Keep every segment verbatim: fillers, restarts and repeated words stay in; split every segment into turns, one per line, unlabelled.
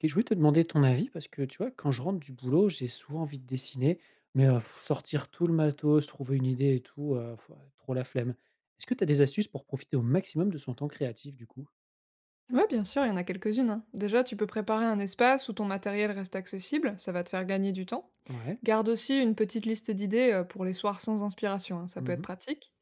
Et je voulais te demander ton avis parce que, tu vois, quand je rentre du boulot, j'ai souvent envie de dessiner, mais heu, sortir tout le matos, trouver une idée et tout, heu, trop la flemme. Est-ce que tu as des astuces pour profiter au maximum de son temps créatif, du coup?
Ouais, bien sûr, il y en a quelques-unes. Hein. Déjà, tu peux préparer un espace où ton matériel reste accessible, ça va te faire gagner du temps.
Ouais.
Garde aussi une petite liste d'idées euh, pour les soirs sans inspiration, hein, ça peut être
Mmh.
pratique.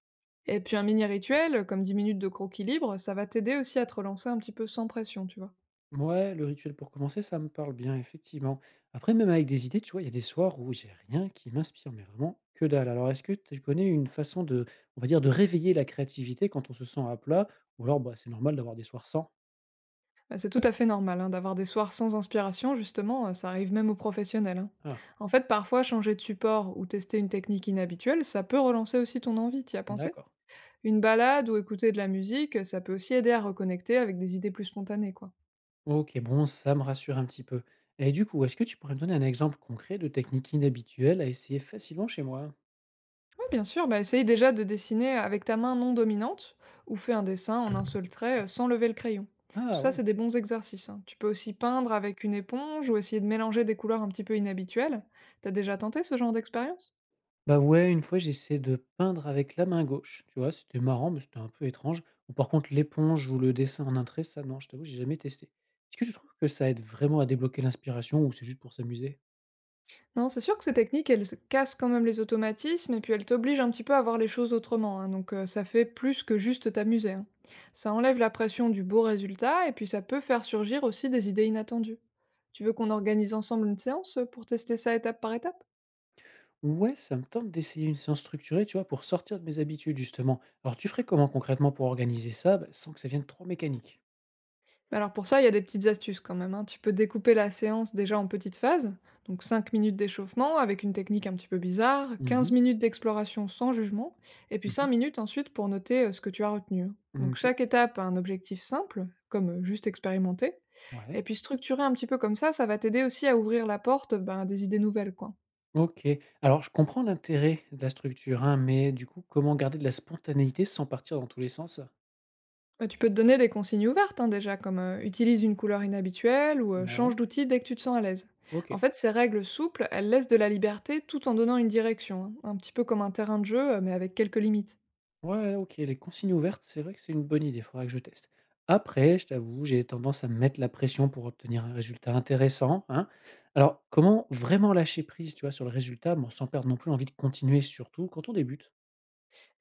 Et puis un mini rituel, comme dix minutes de croquis libre, ça va t'aider aussi à te relancer un petit peu sans pression, tu vois.
Ouais, le rituel pour commencer, ça me parle bien, effectivement. Après, même avec des idées, tu vois, il y a des soirs où j'ai rien qui m'inspire, mais vraiment que dalle. Alors, est-ce que tu connais une façon de, on va dire, de réveiller la créativité quand on se sent à plat? Ou alors, bah, c'est normal d'avoir des soirs sans?
Euh, C'est tout à fait normal hein, d'avoir des soirs sans inspiration, justement, euh, ça arrive même aux professionnels. Hein.
Ah,
En fait, parfois, changer de support ou tester une technique inhabituelle, ça peut relancer aussi ton envie, t'y as pensé?
d'accord.
Une balade ou écouter de la musique, ça peut aussi aider à reconnecter avec des idées plus spontanées, quoi.
OK, bon, ça me rassure un petit peu. Et du coup, est-ce que tu pourrais me donner un exemple concret de technique inhabituelle à essayer facilement chez moi?
Oui, bien sûr, bah essaye déjà de dessiner avec ta main non dominante ou fais un dessin en un seul trait euh, sans lever le crayon. Tout
Ah
ça,
ouais.
c'est des bons exercices. Hein. Tu peux aussi peindre avec une éponge ou essayer de mélanger des couleurs un petit peu inhabituelles. T'as déjà tenté ce genre d'expérience?
Bah ouais, une fois, j'ai essayé de peindre avec la main gauche. Tu vois, c'était marrant, mais c'était un peu étrange. Ou par contre, l'éponge ou le dessin en un trait, ça, non, je t'avoue, j'ai jamais testé. Est-ce que tu trouves que ça aide vraiment à débloquer l'inspiration ou c'est juste pour s'amuser?
Non, c'est sûr que ces techniques, elles cassent quand même les automatismes et puis elles t'obligent un petit peu à voir les choses autrement. Hein. Donc euh, ça fait plus que juste t'amuser. Hein. Ça enlève la pression du beau résultat et puis ça peut faire surgir aussi des idées inattendues. Tu veux qu'on organise ensemble une séance pour tester ça étape par étape?
Ouais, ça me tente d'essayer une séance structurée, tu vois, pour sortir de mes habitudes, justement. Alors, tu ferais comment concrètement pour organiser ça, bah, sans que ça vienne trop mécanique?
Bah alors pour ça, il y a des petites astuces quand même, hein. Tu peux découper la séance déjà en petites phases, donc cinq minutes d'échauffement avec une technique un petit peu bizarre, quinze
Mhm,
minutes d'exploration sans jugement, et puis cinq minutes ensuite pour noter euh, ce que tu as retenu. Hein.
mhm,
Donc
ok,
chaque étape a un objectif simple, comme euh, juste expérimenter,
ouais.
et puis structurer un petit peu comme ça, ça va t'aider aussi à ouvrir la porte ben, à des idées nouvelles, quoi.
OK. Alors je comprends l'intérêt de la structure, hein, mais du coup, comment garder de la spontanéité sans partir dans tous les sens?
Bah, tu peux te donner des consignes ouvertes hein, déjà, comme euh, utilise une couleur inhabituelle ou euh,
Ouais.
change d'outil dès que tu te sens à l'aise. En
OK.
fait, ces règles souples, elles laissent de la liberté tout en donnant une direction, hein, un petit peu comme un terrain de jeu, euh, mais avec quelques limites.
Ouais, OK, les consignes ouvertes, c'est vrai que c'est une bonne idée, il faudra que je teste. Après, je t'avoue, j'ai tendance à me mettre la pression pour obtenir un résultat intéressant, hein. Alors, comment vraiment lâcher prise, tu vois, sur le résultat, bon, sans perdre non plus envie de continuer, surtout quand on débute?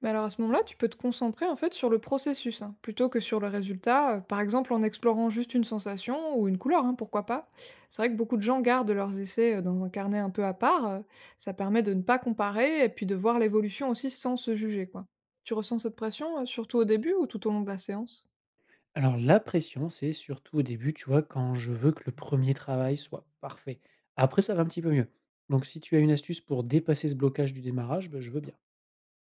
Mais alors à ce moment-là, tu peux te concentrer en fait sur le processus, hein, plutôt que sur le résultat, euh, par exemple en explorant juste une sensation ou une couleur, hein, pourquoi pas. C'est vrai que beaucoup de gens gardent leurs essais euh, dans un carnet un peu à part, euh, ça permet de ne pas comparer et puis de voir l'évolution aussi sans se juger, quoi. Tu ressens cette pression, euh, surtout au début ou tout au long de la séance?
Alors la pression, c'est surtout au début, tu vois, quand je veux que le premier travail soit parfait. Après, ça va un petit peu mieux. Donc si tu as une astuce pour dépasser ce blocage du démarrage, bah, je veux bien.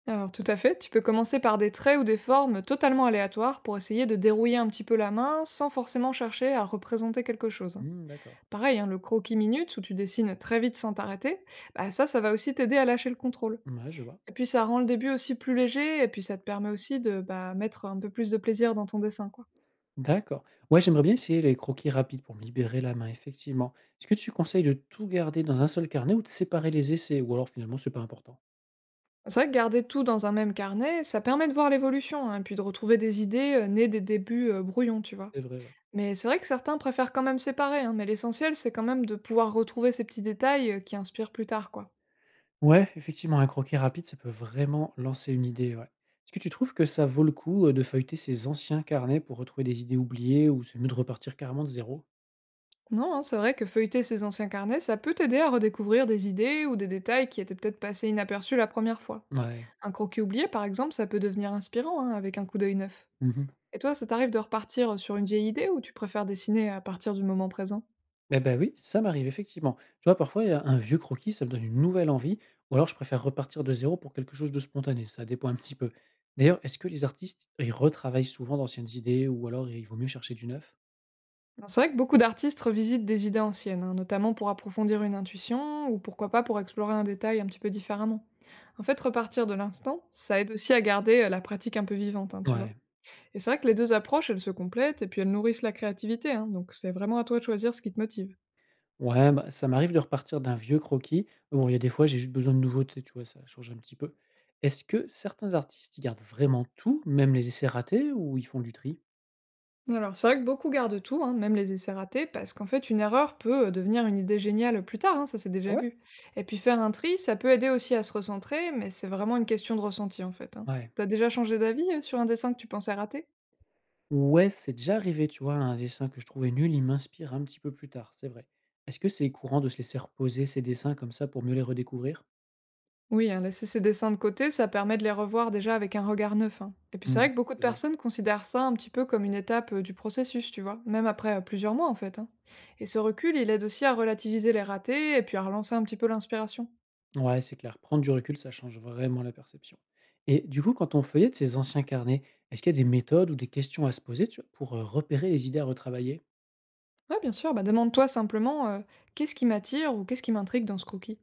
Alors tout à fait, tu peux commencer par des traits ou des formes totalement aléatoires pour essayer de dérouiller un petit peu la main sans forcément chercher à représenter quelque chose. Hein.
Mmh, d'accord.
Pareil, hein, le croquis minute où tu dessines très vite sans t'arrêter, bah ça, ça va aussi t'aider à lâcher le contrôle.
Ouais, je vois.
Et puis ça rend le début aussi plus léger, et puis ça te permet aussi de bah, mettre un peu plus de plaisir dans ton dessin, quoi.
D'accord. Ouais, j'aimerais bien essayer les croquis rapides pour me libérer la main, effectivement. Est-ce que tu conseilles de tout garder dans un seul carnet ou de séparer les essais? Ou alors finalement, c'est pas important.
C'est vrai que garder tout dans un même carnet, ça permet de voir l'évolution, hein, et puis de retrouver des idées euh, nées des débuts euh, brouillons, tu vois.
C'est vrai, ouais.
Mais c'est vrai que certains préfèrent quand même séparer, hein, mais l'essentiel, c'est quand même de pouvoir retrouver ces petits détails euh, qui inspirent plus tard, quoi.
Ouais, effectivement, un croquis rapide, ça peut vraiment lancer une idée, ouais. Est-ce que tu trouves que ça vaut le coup, heu, de feuilleter ses anciens carnets pour retrouver des idées oubliées ou c'est mieux de repartir carrément de zéro?
Non, hein, c'est vrai que feuilleter ces anciens carnets, ça peut t'aider à redécouvrir des idées ou des détails qui étaient peut-être passés inaperçus la première fois.
Ouais.
Un croquis oublié, par exemple, ça peut devenir inspirant hein, avec un coup d'œil neuf.
Mmh mh.
Et toi, ça t'arrive de repartir euh, sur une vieille idée ou tu préfères dessiner à partir du moment présent?
Eh bah, oui, ça m'arrive effectivement. Tu vois, parfois, heu, un vieux croquis, ça me donne une nouvelle envie ou alors je préfère repartir de zéro pour quelque chose de spontané, ça dépend un petit peu. D'ailleurs, est-ce que les artistes, ils retravaillent souvent d'anciennes idées ou alors il vaut mieux chercher du neuf?
Alors, c'est vrai que beaucoup d'artistes revisitent des idées anciennes, hein, notamment pour approfondir une intuition ou pourquoi pas pour explorer un détail un petit peu différemment. En fait, repartir de l'instant, ça aide aussi à garder euh, la pratique un peu vivante, hein, tu vois.
Ouais.
Et c'est vrai que les deux approches, elles se complètent et puis elles nourrissent la créativité, hein, donc c'est vraiment à toi de choisir ce qui te motive.
Ouais, bah, ça m'arrive de repartir d'un vieux croquis. Mais bon, il y a des fois, j'ai juste besoin de nouveautés, tu vois, ça change un petit peu. Est-ce que certains artistes, ils gardent vraiment tout, même les essais ratés, ou ils font du tri?
Alors, c'est vrai que beaucoup gardent tout, hein, même les essais ratés, parce qu'en fait, une erreur peut euh, devenir une idée géniale plus tard, hein, ça c'est
Ah
déjà
ouais?
vu. Et puis faire un tri, ça peut aider aussi à se recentrer, mais c'est vraiment une question de ressenti en fait. Hein.
Ouais.
T'as déjà changé d'avis euh, sur un dessin que tu pensais rater?
Ouais, c'est déjà arrivé, tu vois, un dessin que je trouvais nul, il m'inspire un petit peu plus tard, c'est vrai. Est-ce que c'est courant de se laisser reposer ces dessins comme ça pour mieux les redécouvrir?
Oui, hein, laisser ces dessins de côté, ça permet de les revoir déjà avec un regard neuf. Hein. Et puis c'est
Mhm,
vrai que beaucoup de
c'est vrai.
personnes considèrent ça un petit peu comme une étape euh, du processus, tu vois, même après euh, plusieurs mois en fait. Hein. Et ce recul, il aide aussi à relativiser les ratés et puis à relancer un petit peu l'inspiration.
Ouais, c'est clair. Prendre du recul, ça change vraiment la perception. Et du coup, quand on feuillette ces anciens carnets, est-ce qu'il y a des méthodes ou des questions à se poser, tu vois, pour euh, repérer les idées à retravailler?
Ouais, bien sûr, bah, demande-toi simplement euh, qu'est-ce qui m'attire ou qu'est-ce qui m'intrigue dans ce croquis.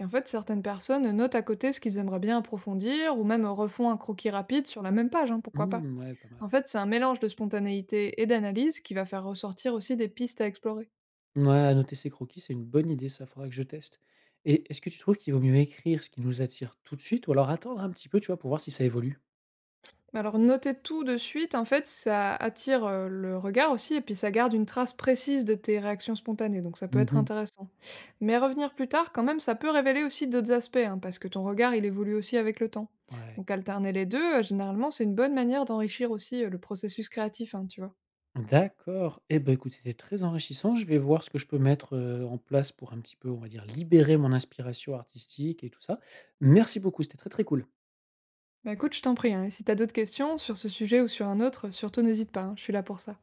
Et en fait, certaines personnes notent à côté ce qu'ils aimeraient bien approfondir ou même refont un croquis rapide sur la même page, hein, pourquoi pas.
Mmh, ouais, pas mal.
En fait, c'est un mélange de spontanéité et d'analyse qui va faire ressortir aussi des pistes à explorer.
Ouais, annoter ses croquis, c'est une bonne idée, ça, faudra que je teste. Et est-ce que tu trouves qu'il vaut mieux écrire ce qui nous attire tout de suite ou alors attendre un petit peu, tu vois, pour voir si ça évolue?
Mais alors noter tout de suite, en fait, ça attire, heu, le regard aussi et puis ça garde une trace précise de tes réactions spontanées, donc ça peut être
Mmh.
intéressant. Mais revenir plus tard quand même, ça peut révéler aussi d'autres aspects, hein, parce que ton regard, il évolue aussi avec le temps.
Ouais.
Donc alterner les deux, heu, généralement, c'est une bonne manière d'enrichir aussi, heu, le processus créatif, hein, tu vois?
D'accord. Eh ben, écoute, c'était très enrichissant. Je vais voir ce que je peux mettre, heu, en place pour un petit peu, on va dire, libérer mon inspiration artistique et tout ça. Merci beaucoup, c'était très, très cool.
Bah, écoute, je t'en prie, hein, et si t'as d'autres questions sur ce sujet ou sur un autre, surtout n'hésite pas, hein, je suis là pour ça.